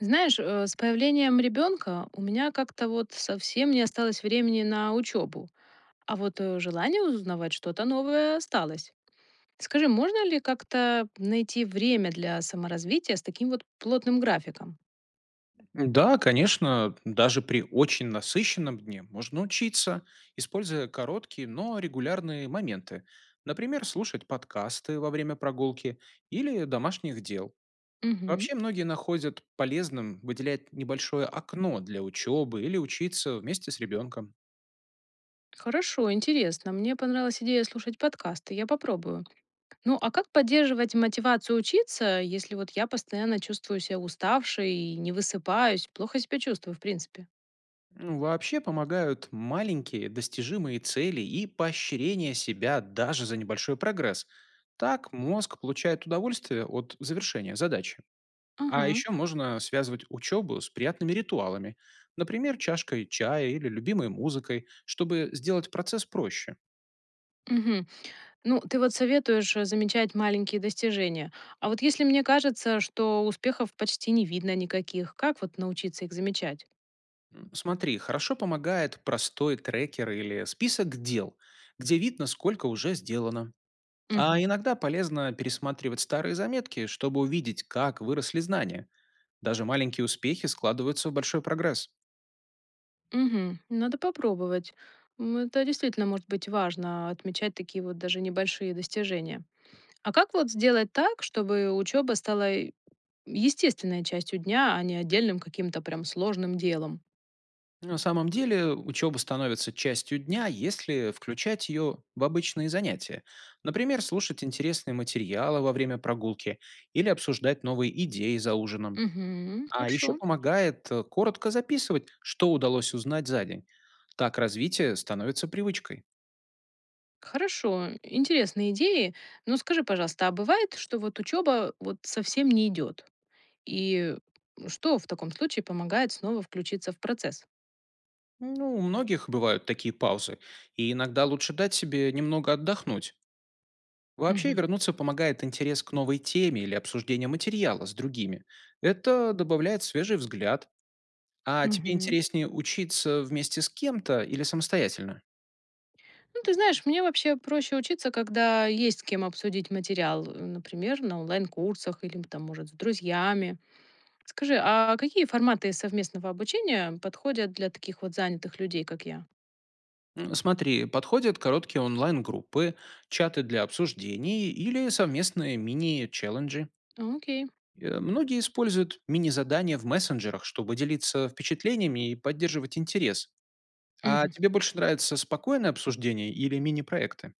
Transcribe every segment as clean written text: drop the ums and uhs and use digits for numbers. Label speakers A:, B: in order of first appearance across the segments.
A: Знаешь, с появлением ребенка у меня как-то вот совсем не осталось времени на учебу, а вот желание узнавать что-то новое осталось. Скажи, можно ли как-то найти время для саморазвития с таким вот плотным графиком?
B: Да, конечно, даже при очень насыщенном дне можно учиться, используя короткие, но регулярные моменты. Например, слушать подкасты во время прогулки или домашних дел.
A: Мгм.
B: Вообще многие находят полезным выделять небольшое окно для учебы или учиться вместе с ребенком.
A: Хорошо, интересно. Мне понравилась идея слушать подкасты. Я попробую. Ну, а как поддерживать мотивацию учиться, если вот я постоянно чувствую себя уставшей, не высыпаюсь, плохо себя чувствую, в принципе?
B: Ну, вообще помогают маленькие достижимые цели и поощрение себя даже за небольшой прогресс. Так мозг получает удовольствие от завершения задачи. А
A: Ага.
B: еще можно связывать учебу с приятными ритуалами, например, чашкой чая или любимой музыкой, чтобы сделать процесс проще.
A: Мгм. Ну, ты вот советуешь замечать маленькие достижения. А вот если мне кажется, что успехов почти не видно никаких, как вот научиться их замечать?
B: Смотри, хорошо помогает простой трекер или список дел, где видно, сколько уже сделано.
A: Угу.
B: А иногда полезно пересматривать старые заметки, чтобы увидеть, как выросли знания. Даже маленькие успехи складываются в большой прогресс.
A: Угу. Надо попробовать. Это действительно может быть важно, отмечать такие вот даже небольшие достижения. А как вот сделать так, чтобы учеба стала естественной частью дня, а не отдельным каким-то прям сложным делом?
B: На самом деле учеба становится частью дня, если включать ее в обычные занятия. Например, слушать интересные материалы во время прогулки или обсуждать новые идеи за ужином.
A: Угу.
B: А еще
A: Хорошо.
B: помогает коротко записывать, что удалось узнать за день. Так развитие становится привычкой.
A: Хорошо, интересные идеи. Но скажи, пожалуйста, а бывает, что вот учеба вот совсем не идет? И что в таком случае помогает снова включиться в процесс?
B: Ну, у многих бывают такие паузы, и иногда лучше дать себе немного отдохнуть. Вообще
A: Мгм.
B: вернуться помогает интерес к новой теме или обсуждение материала с другими. Это добавляет свежий взгляд. А тебе
A: Мгм.
B: интереснее учиться вместе с кем-то или самостоятельно?
A: Ну, ты знаешь, мне вообще проще учиться, когда есть с кем обсудить материал, например, на онлайн-курсах или там, может, с друзьями. Скажи, а какие форматы совместного обучения подходят для таких вот занятых людей, как я?
B: Смотри, подходят короткие онлайн-группы, чаты для обсуждений или совместные мини-челленджи.
A: Окей.
B: Многие используют мини-задания в мессенджерах, чтобы делиться впечатлениями и поддерживать интерес. А
A: Мгм.
B: тебе больше нравится спокойное обсуждение или мини-проекты?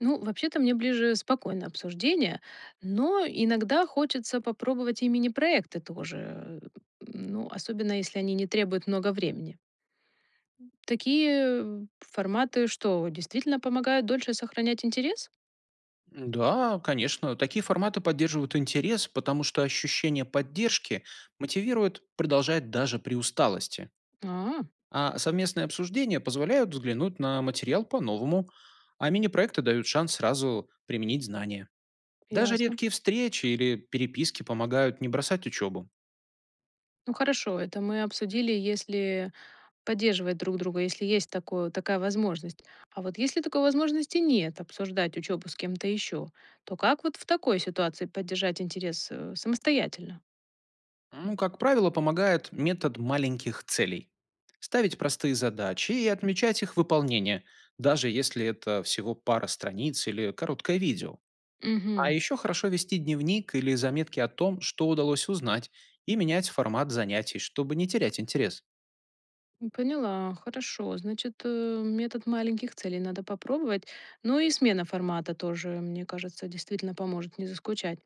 A: Ну, вообще-то мне ближе спокойное обсуждение, но иногда хочется попробовать и мини-проекты тоже, ну, особенно если они не требуют много времени. Такие форматы что, действительно помогают дольше сохранять интерес?
B: Да, конечно, такие форматы поддерживают интерес, потому что ощущение поддержки мотивирует продолжать даже при усталости.
A: А,
B: А совместные обсуждения позволяют взглянуть на материал по-новому, а мини-проекты дают шанс сразу применить знания. Даже
A: ясно.
B: редкие встречи или переписки помогают не бросать учебу.
A: Ну хорошо, это мы обсудили, если поддерживать друг друга, если есть такое, такая возможность. А вот если такой возможности нет, обсуждать учебу с кем-то еще, то как вот в такой ситуации поддержать интерес самостоятельно?
B: Ну, как правило, помогает метод маленьких целей. Ставить простые задачи и отмечать их выполнение, даже если это всего пара страниц или короткое видео. А
A: Угу.
B: еще хорошо вести дневник или заметки о том, что удалось узнать, и менять формат занятий, чтобы не терять интерес.
A: Поняла, хорошо. Значит, метод маленьких целей надо попробовать. Ну и смена формата тоже, мне кажется, действительно поможет не заскучать.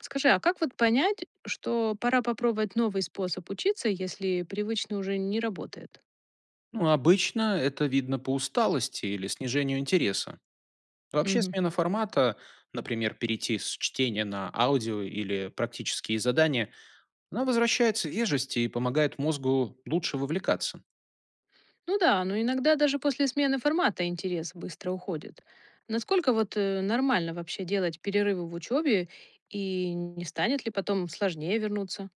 A: Скажи, а как вот понять, что пора попробовать новый способ учиться, если привычный уже не работает?
B: Ну, обычно это видно по усталости или снижению интереса. Вообще
A: Мгм.
B: смена формата, например, перейти с чтения на аудио или практические задания, она возвращает свежесть и помогает мозгу лучше вовлекаться.
A: Ну да, но иногда даже после смены формата интерес быстро уходит. Насколько вот нормально вообще делать перерывы в учебе и не станет ли потом сложнее вернуться?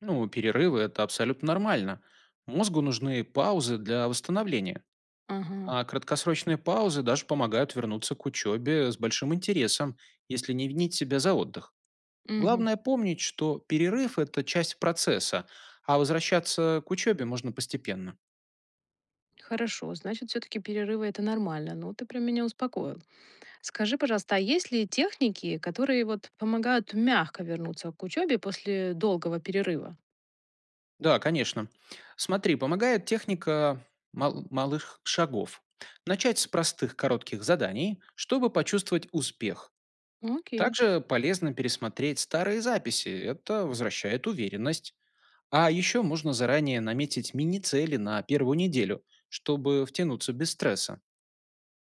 B: Ну, перерывы– это абсолютно нормально. Мозгу нужны паузы для восстановления,
A: Ага.
B: а краткосрочные паузы даже помогают вернуться к учебе с большим интересом, если не винить себя за отдых.
A: Мгм.
B: Главное помнить, что перерыв– это часть процесса, а возвращаться к учебе можно постепенно.
A: Хорошо, значит, все-таки перерывы это нормально. Ну, ты прям меня успокоил. Скажи, пожалуйста, а есть ли техники, которые вот помогают мягко вернуться к учебе после долгого перерыва?
B: Да, конечно. Смотри, помогает техника малых шагов. Начать с простых коротких заданий, чтобы почувствовать успех.
A: Ну, окей.
B: Также полезно пересмотреть старые записи, это возвращает уверенность. А еще можно заранее наметить мини-цели на первую неделю, чтобы втянуться без стресса.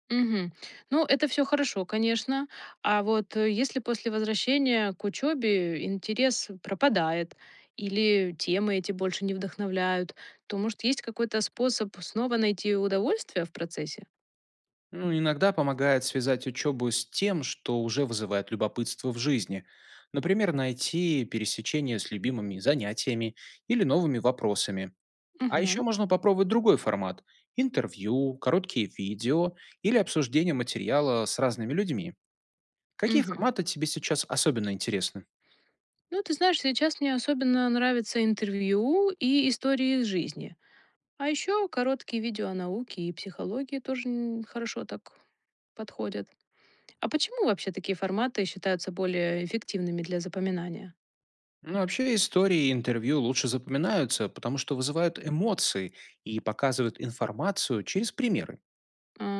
A: Мгм. Ну, это все хорошо, конечно. А вот если после возвращения к учебе интерес пропадает или темы эти больше не вдохновляют, то, может, есть какой-то способ снова найти удовольствие в процессе?
B: Ну, иногда помогает связать учебу с тем, что уже вызывает любопытство в жизни. Например, найти пересечение с любимыми занятиями или новыми вопросами. А еще
A: Угу.
B: можно попробовать другой формат– интервью, короткие видео или обсуждение материала с разными людьми. Какие
A: Угу.
B: форматы тебе сейчас особенно интересны?
A: Ну, ты знаешь, сейчас мне особенно нравятся интервью и истории из жизни. А еще короткие видео о науке и психологии тоже хорошо так подходят. А почему вообще такие форматы считаются более эффективными для запоминания?
B: Ну, вообще истории и интервью лучше запоминаются, потому что вызывают эмоции и показывают информацию через примеры.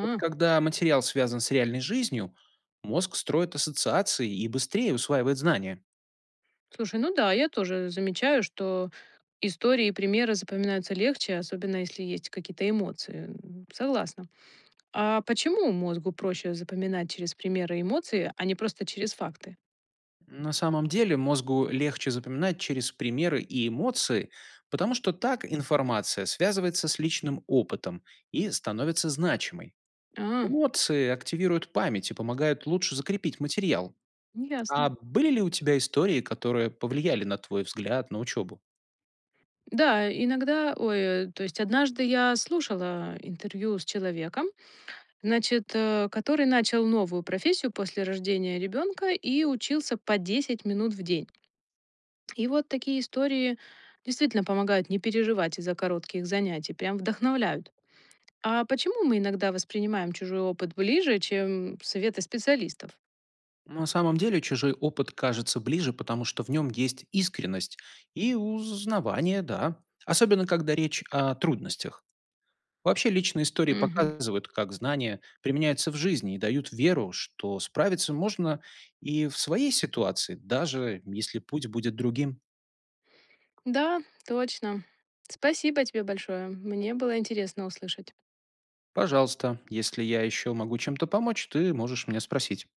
B: Вот когда материал связан с реальной жизнью, мозг строит ассоциации и быстрее усваивает знания.
A: слушай, ну да, я тоже замечаю, что истории и примеры запоминаются легче, особенно если есть какие-то эмоции. Согласна. А почему мозгу проще запоминать через примеры и эмоции, а не просто через факты?
B: На самом деле мозгу легче запоминать через примеры и эмоции, потому что так информация связывается с личным опытом и становится значимой.
A: А,
B: Эмоции активируют память и помогают лучше закрепить материал.
A: ясно.
B: А были ли у тебя истории, которые повлияли на твой взгляд на учебу?
A: Да, иногда, ой, то есть однажды я слушала интервью с человеком, значит, который начал новую профессию после рождения ребенка и учился по 10 минут в день. И вот такие истории действительно помогают не переживать из-за коротких занятий, прям вдохновляют. А почему мы иногда воспринимаем чужой опыт ближе, чем советы специалистов?
B: Ну, на самом деле чужой опыт кажется ближе, потому что в нем есть искренность и узнавание, да. Особенно, когда речь о трудностях. Вообще, личные истории
A: Мгм.
B: показывают, как знания применяются в жизни и дают веру, что справиться можно и в своей ситуации, даже если путь будет другим.
A: Да, точно. Спасибо тебе большое. Мне было интересно услышать.
B: Пожалуйста, если я еще могу чем-то помочь, ты можешь меня спросить.